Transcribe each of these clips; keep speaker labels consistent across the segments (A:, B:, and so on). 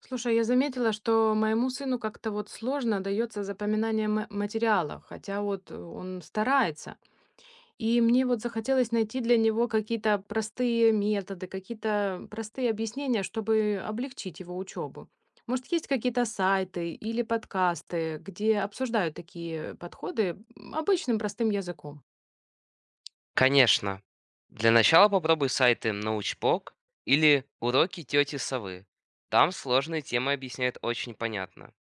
A: Слушай, я заметила, что моему сыну как-то вот сложно дается запоминание материала, хотя вот он старается. И мне вот захотелось найти для него какие-то простые методы, какие-то простые объяснения, чтобы облегчить его учебу. Может, есть какие-то сайты или подкасты, где обсуждают такие подходы обычным простым языком?
B: Конечно. Для начала попробуй сайты «Научпок» или «Уроки тети совы». Там сложные темы объясняют очень понятно.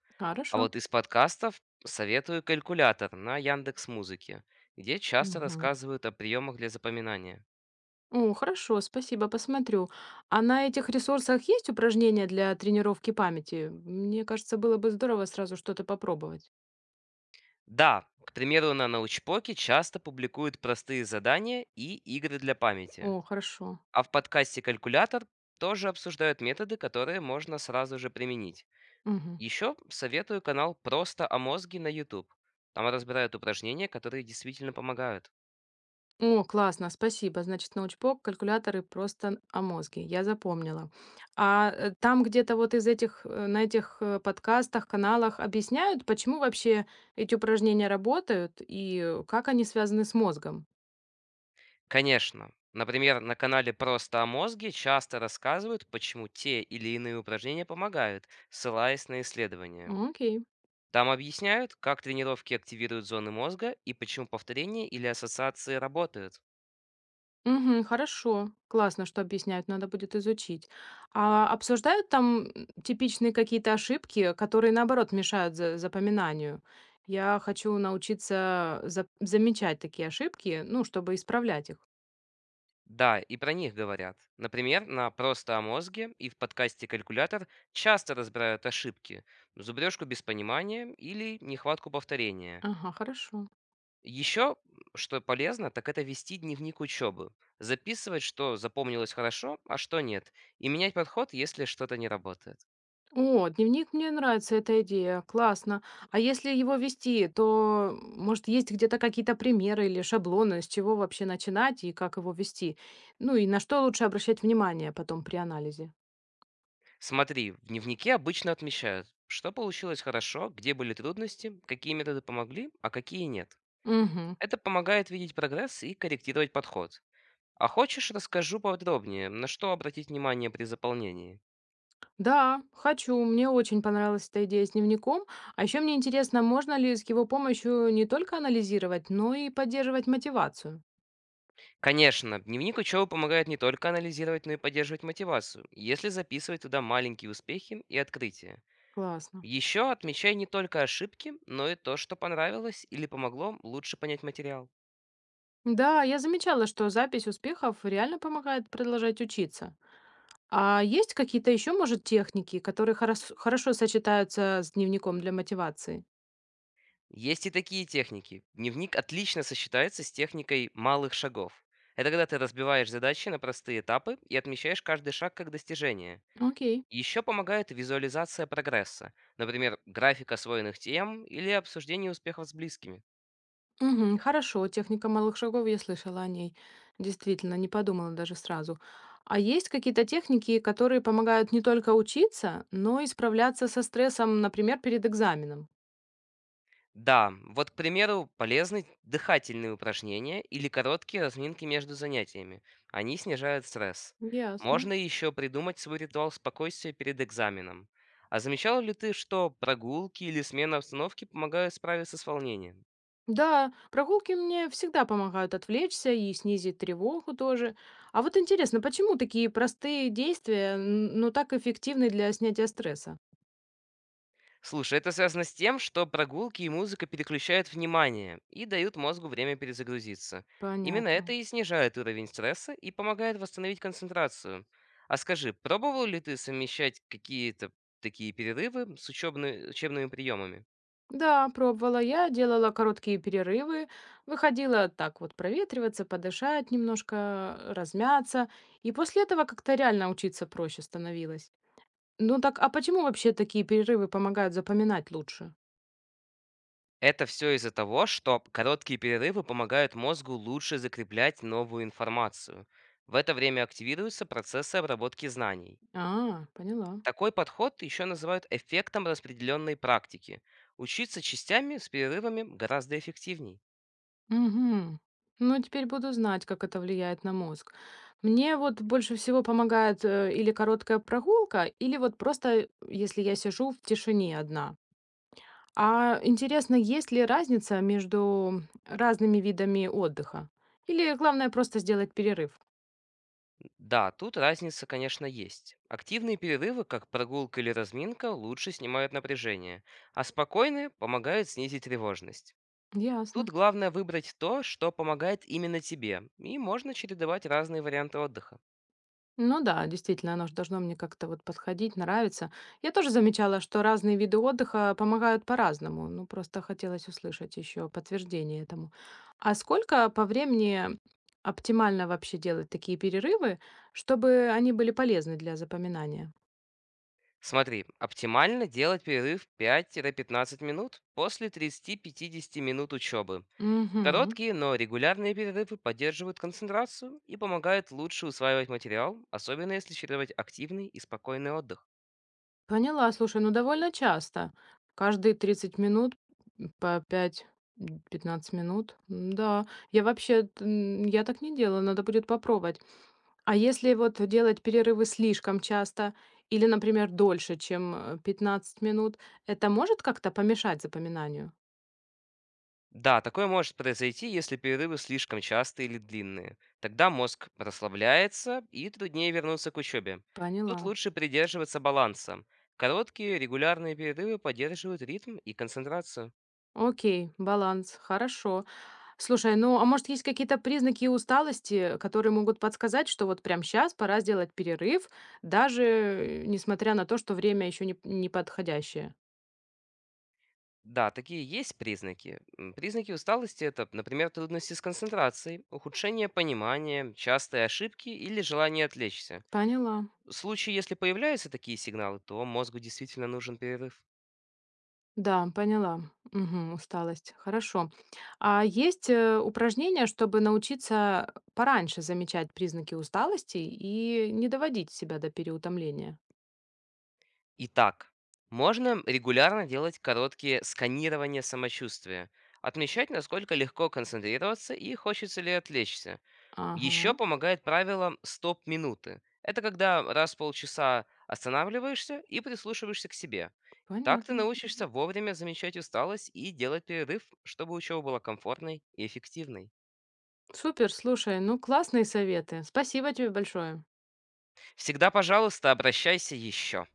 B: А
A: Хорошо.
B: вот из подкастов советую «Калькулятор» на Яндекс Музыке, где часто рассказывают о приемах для запоминания.
A: О, хорошо, спасибо, посмотрю. А на этих ресурсах есть упражнения для тренировки памяти? Мне кажется, было бы здорово сразу что-то попробовать.
B: Да, к примеру, на «Научпоке» часто публикуют простые задания и игры для памяти.
A: О, хорошо.
B: А в подкасте «Калькулятор» тоже обсуждают методы, которые можно сразу же применить.
A: Мгм.
B: Еще советую канал «Просто о мозге» на YouTube. Там разбирают упражнения, которые действительно помогают.
A: О, классно, спасибо. Значит, научпок, калькуляторы просто о мозге. Я запомнила. Там где-то вот из этих, на этих подкастах, каналах объясняют, почему вообще эти упражнения работают и как они связаны с мозгом.
B: Конечно, например, на канале «Просто о мозге» часто рассказывают, почему те или иные упражнения помогают, ссылаясь на исследования.
A: Окей.
B: Там объясняют, как тренировки активируют зоны мозга и почему повторения или ассоциации работают.
A: Мгм. Хорошо. Классно, что объясняют, надо будет изучить. А обсуждают там типичные какие-то ошибки, которые, наоборот, мешают запоминанию? Я хочу научиться замечать такие ошибки, ну, чтобы исправлять их.
B: Да, и про них говорят. Например, на «Просто о мозге» и в подкасте «Калькулятор» часто разбирают ошибки, зубрежку без понимания или нехватку повторения.
A: Ага, хорошо.
B: Еще, что полезно, так это вести дневник учебы. Записывать, что запомнилось хорошо, а что нет. И менять подход, если что-то не работает.
A: О, дневник, мне нравится эта идея. Классно. А если его вести, то, может, есть где-то какие-то примеры или шаблоны, с чего вообще начинать и как его вести? Ну и на что лучше обращать внимание потом при анализе?
B: Смотри, в дневнике обычно отмечают, что получилось хорошо, где были трудности, какие методы помогли, а какие нет.
A: Мгм.
B: Это помогает видеть прогресс и корректировать подход. А хочешь, расскажу подробнее, на что обратить внимание при заполнении?
A: Да, хочу. Мне очень понравилась эта идея с дневником. А еще мне интересно, можно ли с его помощью не только анализировать, но и поддерживать мотивацию.
B: Конечно, дневник учёбы помогает не только анализировать, но и поддерживать мотивацию, если записывать туда маленькие успехи и открытия.
A: Классно.
B: Еще отмечай не только ошибки, но и то, что понравилось или помогло лучше понять материал.
A: Да, я замечала, что запись успехов реально помогает продолжать учиться. А есть какие-то еще, может, техники, которые хорошо сочетаются с дневником для мотивации?
B: Есть и такие техники. Дневник отлично сочетается с техникой малых шагов. Это когда ты разбиваешь задачи на простые этапы и отмечаешь каждый шаг как достижение.
A: Окей.
B: Еще помогает визуализация прогресса, например, график освоенных тем или обсуждение успехов с близкими.
A: Мгм. Хорошо, техника малых шагов, я слышала о ней. Действительно, не подумала даже сразу. А есть какие-то техники, которые помогают не только учиться, но и справляться со стрессом, например, перед экзаменом?
B: Да, вот, к примеру, полезны дыхательные упражнения или короткие разминки между занятиями. Они снижают стресс.
A: Ясно.
B: Можно еще придумать свой ритуал спокойствия перед экзаменом. А замечал ли ты, что прогулки или смена обстановки помогают справиться с волнением?
A: Да, прогулки мне всегда помогают отвлечься и снизить тревогу тоже. А вот интересно, почему такие простые действия, но так эффективны для снятия стресса?
B: Слушай, это связано с тем, что прогулки и музыка переключают внимание и дают мозгу время перезагрузиться. Именно это
A: Понятно.
B: и снижает уровень стресса и помогает восстановить концентрацию. А скажи, пробовал ли ты совмещать какие-то такие перерывы с учебными приемами?
A: Да, пробовала. Я делала короткие перерывы, выходила так вот проветриваться, подышать немножко, размяться. И после этого как-то реально учиться проще становилось. Ну так, а почему вообще такие перерывы помогают запоминать лучше?
B: Это все из-за того, что короткие перерывы помогают мозгу лучше закреплять новую информацию. В это время активируются процессы обработки знаний.
A: А, поняла.
B: Такой подход еще называют эффектом распределенной практики. Учиться частями с перерывами гораздо эффективней.
A: Угу. Ну, теперь буду знать, как это влияет на мозг. Мне вот больше всего помогает или короткая прогулка, или вот просто, если я сижу в тишине одна. А интересно, есть ли разница между разными видами отдыха? Или главное просто сделать перерыв?
B: Да, тут разница, конечно, есть. Активные перерывы, как прогулка или разминка, лучше снимают напряжение, а спокойные помогают снизить тревожность. Тут
A: Ясно.
B: главное выбрать то, что помогает именно тебе, и можно чередовать разные варианты отдыха.
A: Ну да, действительно, оно же должно мне как-то вот подходить, нравиться. Я тоже замечала, что разные виды отдыха помогают по-разному. Ну, просто хотелось услышать еще подтверждение этому. А сколько по времени оптимально вообще делать такие перерывы, чтобы они были полезны для запоминания?
B: Смотри, оптимально делать перерыв 5-15 минут после 30-50 минут учебы.
A: Угу.
B: Короткие, но регулярные перерывы поддерживают концентрацию и помогают лучше усваивать материал, особенно если чередовать активный и спокойный отдых.
A: Поняла, слушай, ну довольно часто. Каждые 30 минут по 5-15 минут. М-да, я вообще, я так не делала, надо будет попробовать. А если вот делать перерывы слишком часто или, например, дольше, чем 15 минут, это может как-то помешать запоминанию?
B: Да, такое может произойти, если перерывы слишком частые или длинные. Тогда мозг расслабляется и труднее вернуться к учебе. Тут
A: Поняла.
B: лучше придерживаться баланса. Короткие, регулярные перерывы поддерживают ритм и концентрацию.
A: Окей, баланс, хорошо. Слушай, ну, а может, есть какие-то признаки усталости, которые могут подсказать, что вот прямо сейчас пора сделать перерыв, даже несмотря на то, что время еще не подходящее?
B: Да, такие есть признаки. Признаки усталости – это, например, трудности с концентрацией, ухудшение понимания, частые ошибки или желание отвлечься.
A: Поняла.
B: В случае, если появляются такие сигналы, то мозгу действительно нужен перерыв.
A: Да, поняла. Мгм, усталость. Хорошо. А есть упражнения, чтобы научиться пораньше замечать признаки усталости и не доводить себя до переутомления?
B: Итак, можно регулярно делать короткие сканирования самочувствия, отмечать, насколько легко концентрироваться и хочется ли отвлечься. Еще
A: Ага,
B: помогает правило стоп-минуты. Это когда раз в полчаса останавливаешься и прислушиваешься к себе. Так ты
A: понятно.
B: научишься
A: Мгм.
B: вовремя замечать усталость и делать перерыв, чтобы учеба была комфортной и эффективной.
A: Супер, слушай, ну классные советы. Спасибо тебе большое.
B: Всегда, пожалуйста, обращайся еще.